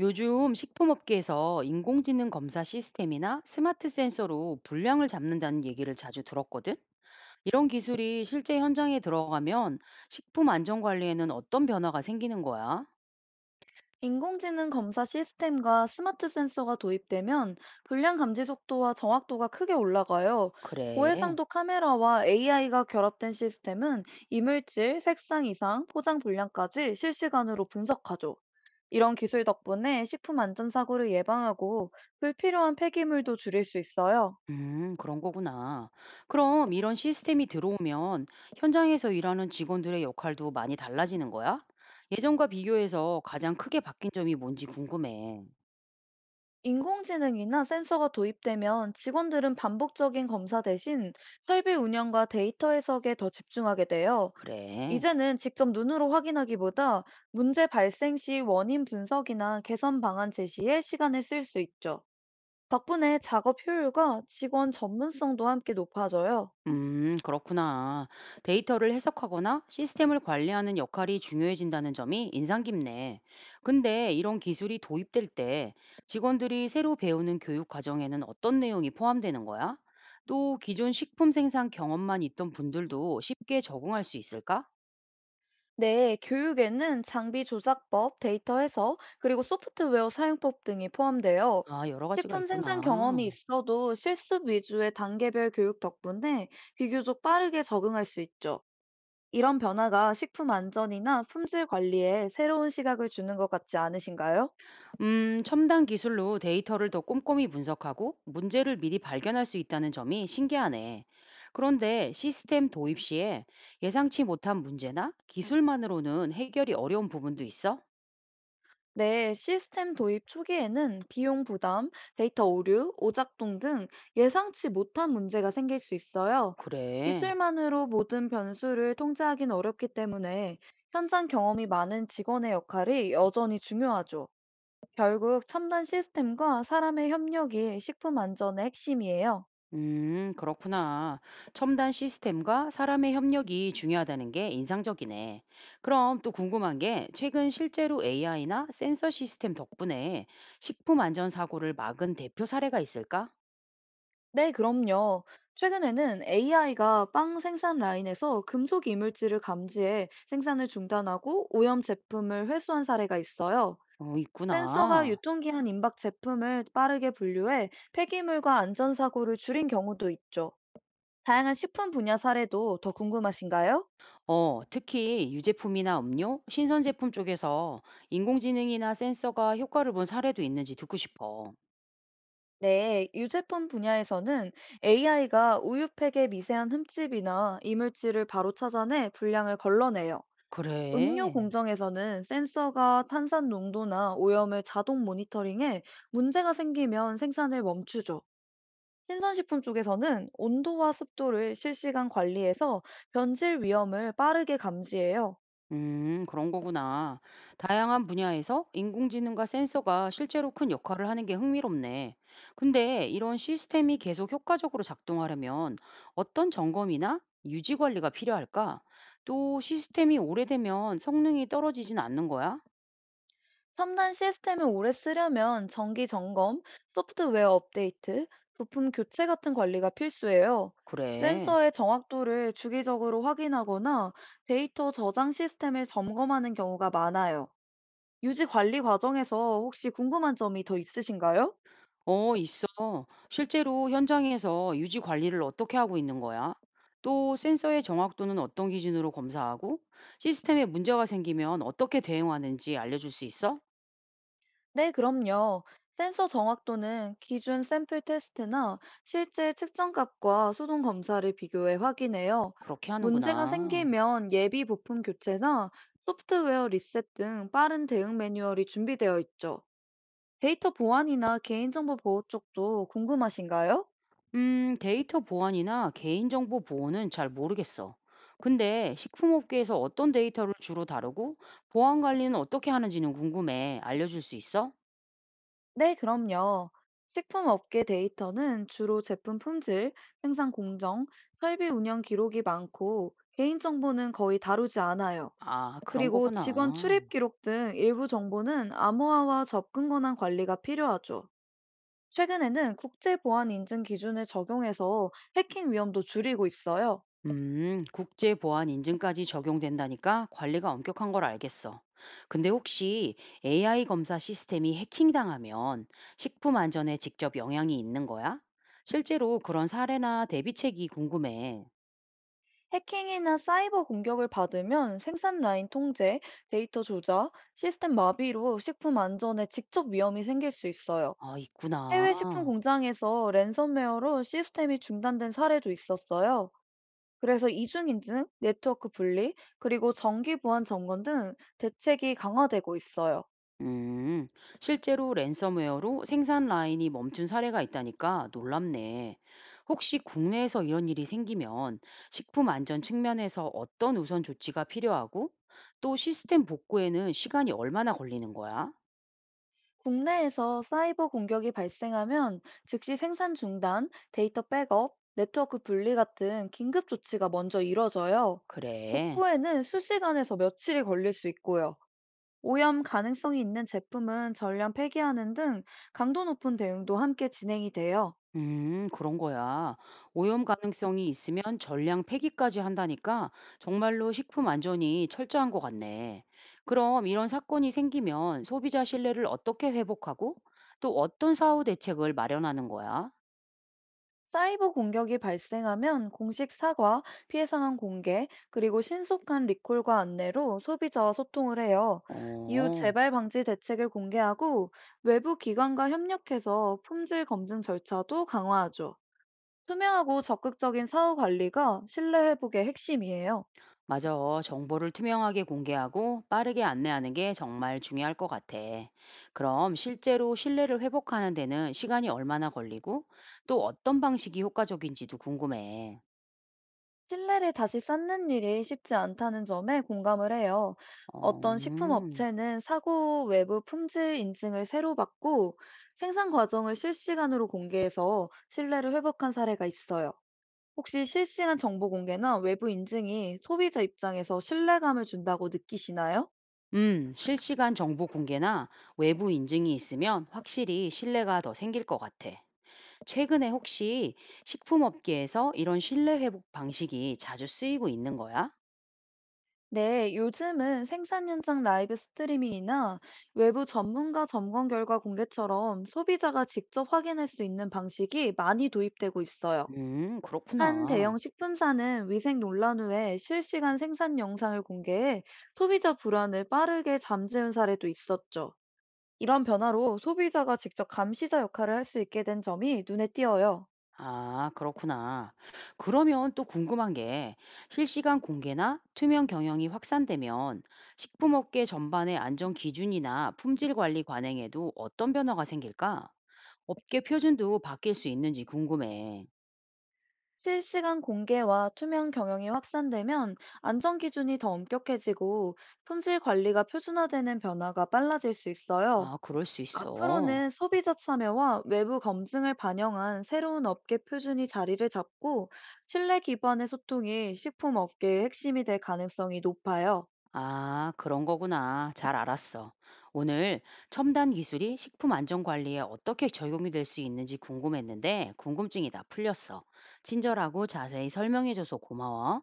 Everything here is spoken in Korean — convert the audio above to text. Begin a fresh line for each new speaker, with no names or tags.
요즘 식품업계에서 인공지능 검사 시스템이나 스마트 센서로 불량을 잡는다는 얘기를 자주 들었거든? 이런 기술이 실제 현장에 들어가면 식품 안전 관리에는 어떤 변화가 생기는 거야?
인공지능 검사 시스템과 스마트 센서가 도입되면 불량 감지 속도와 정확도가 크게 올라가요.
그래.
고해상도 카메라와 AI가 결합된 시스템은 이물질, 색상 이상, 포장 불량까지 실시간으로 분석하죠. 이런 기술 덕분에 식품 안전 사고를 예방하고 불필요한 폐기물도 줄일 수 있어요.
그런 거구나. 그럼 이런 시스템이 들어오면 현장에서 일하는 직원들의 역할도 많이 달라지는 거야? 예전과 비교해서 가장 크게 바뀐 점이 뭔지 궁금해.
인공지능이나 센서가 도입되면 직원들은 반복적인 검사 대신 설비 운영과 데이터 해석에 더 집중하게 돼요.
그래.
이제는 직접 눈으로 확인하기보다 문제 발생 시 원인 분석이나 개선 방안 제시에 시간을 쓸 수 있죠. 덕분에 작업 효율과 직원 전문성도 함께 높아져요.
그렇구나. 데이터를 해석하거나 시스템을 관리하는 역할이 중요해진다는 점이 인상 깊네. 근데 이런 기술이 도입될 때 직원들이 새로 배우는 교육 과정에는 어떤 내용이 포함되는 거야? 또 기존 식품 생산 경험만 있던 분들도 쉽게 적응할 수 있을까?
네, 교육에는 장비 조작법, 데이터 해석, 그리고 소프트웨어 사용법 등이 포함돼요.
아, 여러 가지가
식품 생산 경험이
있구나.
있어도 실습 위주의 단계별 교육 덕분에 비교적 빠르게 적응할 수 있죠. 이런 변화가 식품 안전이나 품질 관리에 새로운 시각을 주는 것 같지 않으신가요?
첨단 기술로 데이터를 더 꼼꼼히 분석하고 문제를 미리 발견할 수 있다는 점이 신기하네. 그런데 시스템 도입 시에 예상치 못한 문제나 기술만으로는 해결이 어려운 부분도 있어?
네, 시스템 도입 초기에는 비용 부담, 데이터 오류, 오작동 등 예상치 못한 문제가 생길 수 있어요.
그래.
기술만으로 모든 변수를 통제하기는 어렵기 때문에 현장 경험이 많은 직원의 역할이 여전히 중요하죠. 결국 첨단 시스템과 사람의 협력이 식품 안전의 핵심이에요.
그렇구나. 첨단 시스템과 사람의 협력이 중요하다는 게 인상적이네. 그럼 또 궁금한 게 최근 실제로 AI나 센서 시스템 덕분에 식품 안전 사고를 막은 대표 사례가 있을까?
네, 그럼요. 최근에는 AI가 빵 생산 라인에서 금속 이물질을 감지해 생산을 중단하고 오염 제품을 회수한 사례가 있어요.
어,
센서가
있구나.
유통기한 임박 제품을 빠르게 분류해 폐기물과 안전사고를 줄인 경우도 있죠. 다양한 식품 분야 사례도 더 궁금하신가요?
어, 특히 유제품이나 음료, 신선 제품 쪽에서 인공지능이나 센서가 효과를 본 사례도 있는지 듣고 싶어.
네, 유제품 분야에서는 AI가 우유팩의 미세한 흠집이나 이물질을 바로 찾아내 분량을 걸러내요. 음료
그래.
공정에서는 센서가 탄산 농도나 오염을 자동 모니터링해 문제가 생기면 생산을 멈추죠. 신선식품 쪽에서는 온도와 습도를 실시간 관리해서 변질 위험을 빠르게 감지해요.
그런 거구나. 다양한 분야에서 인공지능과 센서가 실제로 큰 역할을 하는 게 흥미롭네. 근데 이런 시스템이 계속 효과적으로 작동하려면 어떤 점검이나 유지 관리가 필요할까? 또 시스템이 오래되면 성능이 떨어지진 않는 거야?
첨단 시스템을 오래 쓰려면 정기 점검, 소프트웨어 업데이트, 부품 교체 같은 관리가 필수예요.
그래.
센서의 정확도를 주기적으로 확인하거나 데이터 저장 시스템을 점검하는 경우가 많아요. 유지 관리 과정에서 혹시 궁금한 점이 더 있으신가요?
어, 있어. 실제로 현장에서 유지 관리를 어떻게 하고 있는 거야? 또 센서의 정확도는 어떤 기준으로 검사하고 시스템에 문제가 생기면 어떻게 대응하는지 알려줄 수 있어?
네, 그럼요. 센서 정확도는 기준 샘플 테스트나 실제 측정값과 수동 검사를 비교해 확인해요.
그렇게
문제가
하는구나.
생기면 예비 부품 교체나 소프트웨어 리셋 등 빠른 대응 매뉴얼이 준비되어 있죠. 데이터 보안이나 개인정보 보호 쪽도 궁금하신가요?
데이터 보안이나 개인정보 보호는 잘 모르겠어. 근데 식품업계에서 어떤 데이터를 주로 다루고 보안 관리는 어떻게 하는지는 궁금해. 알려줄 수 있어?
네, 그럼요. 식품 업계 데이터는 주로 제품 품질, 생산 공정, 설비 운영 기록이 많고 개인정보는 거의 다루지 않아요.
아, 그런
그리고 직원
거구나.
출입 기록 등 일부 정보는 암호화와 접근 권한 관리가 필요하죠. 최근에는 국제 보안 인증 기준을 적용해서 해킹 위험도 줄이고 있어요.
국제 보안 인증까지 적용된다니까 관리가 엄격한 걸 알겠어. 근데 혹시 AI 검사 시스템이 해킹당하면 식품 안전에 직접 영향이 있는 거야? 실제로 그런 사례나 대비책이 궁금해.
해킹이나 사이버 공격을 받으면 생산 라인 통제, 데이터 조작, 시스템 마비로 식품 안전에 직접 위험이 생길 수 있어요.
아,
해외 식품
있구나.
공장에서 랜섬웨어로 시스템이 중단된 사례도 있었어요. 그래서 이중인증, 네트워크 분리, 그리고 정기 보안 점검 등 대책이 강화되고 있어요.
음, 실제로 랜섬웨어로 생산 라인이 멈춘 사례가 있다니까 놀랍네. 혹시 국내에서 이런 일이 생기면 식품 안전 측면에서 어떤 우선 조치가 필요하고 또 시스템 복구에는 시간이 얼마나 걸리는 거야?
국내에서 사이버 공격이 발생하면 즉시 생산 중단, 데이터 백업, 네트워크 분리 같은 긴급 조치가 먼저 이뤄져요.
그래.
복구에는 수시간에서 며칠이 걸릴 수 있고요. 오염 가능성이 있는 제품은 전량 폐기하는 등 강도 높은 대응도 함께 진행이 돼요.
그런 거야. 오염 가능성이 있으면 전량 폐기까지 한다니까 정말로 식품 안전이 철저한 것 같네. 그럼 이런 사건이 생기면 소비자 신뢰를 어떻게 회복하고 또 어떤 사후 대책을 마련하는 거야?
사이버 공격이 발생하면 공식 사과, 피해 상황 공개, 그리고 신속한 리콜과 안내로 소비자와 소통을 해요. 이후
어,
재발 방지 대책을 공개하고 외부 기관과 협력해서 품질 검증 절차도 강화하죠. 투명하고 적극적인 사후 관리가 신뢰 회복의 핵심이에요.
맞아. 정보를 투명하게 공개하고 빠르게 안내하는 게 정말 중요할 것 같아. 그럼 실제로 신뢰를 회복하는 데는 시간이 얼마나 걸리고 또 어떤 방식이 효과적인지도 궁금해.
신뢰를 다시 쌓는 일이 쉽지 않다는 점에 공감을 해요.
어,
어떤 식품 업체는 사고 외부 품질 인증을 새로 받고 생산 과정을 실시간으로 공개해서 신뢰를 회복한 사례가 있어요. 혹시 실시간 정보 공개나 외부 인증이 소비자 입장에서 신뢰감을 준다고 느끼시나요?
실시간 정보 공개나 외부 인증이 있으면 확실히 신뢰가 더 생길 것 같아. 최근에 혹시 식품업계에서 이런 신뢰 회복 방식이 자주 쓰이고 있는 거야?
네, 요즘은 생산 현장 라이브 스트리밍이나 외부 전문가 점검 결과 공개처럼 소비자가 직접 확인할 수 있는 방식이 많이 도입되고 있어요. 한 대형
그렇구나.
식품사는 위생 논란 후에 실시간 생산 영상을 공개해 소비자 불안을 빠르게 잠재운 사례도 있었죠. 이런 변화로 소비자가 직접 감시자 역할을 할 수 있게 된 점이 눈에 띄어요.
아, 그렇구나. 그러면 또 궁금한 게 실시간 공개나 투명 경영이 확산되면 식품업계 전반의 안전 기준이나 품질 관리 관행에도 어떤 변화가 생길까? 업계 표준도 바뀔 수 있는지 궁금해.
실시간 공개와 투명 경영이 확산되면 안전 기준이 더 엄격해지고 품질 관리가 표준화되는 변화가 빨라질 수 있어요.
아, 그럴 수 있어.
앞으로는 소비자 참여와 외부 검증을 반영한 새로운 업계 표준이 자리를 잡고 신뢰 기반의 소통이 식품 업계의 핵심이 될 가능성이 높아요.
아, 그런 거구나. 잘 알았어. 오늘 첨단 기술이 식품 안전 관리에 어떻게 적용이 될 수 있는지 궁금했는데 궁금증이 다 풀렸어. 친절하고 자세히 설명해줘서 고마워.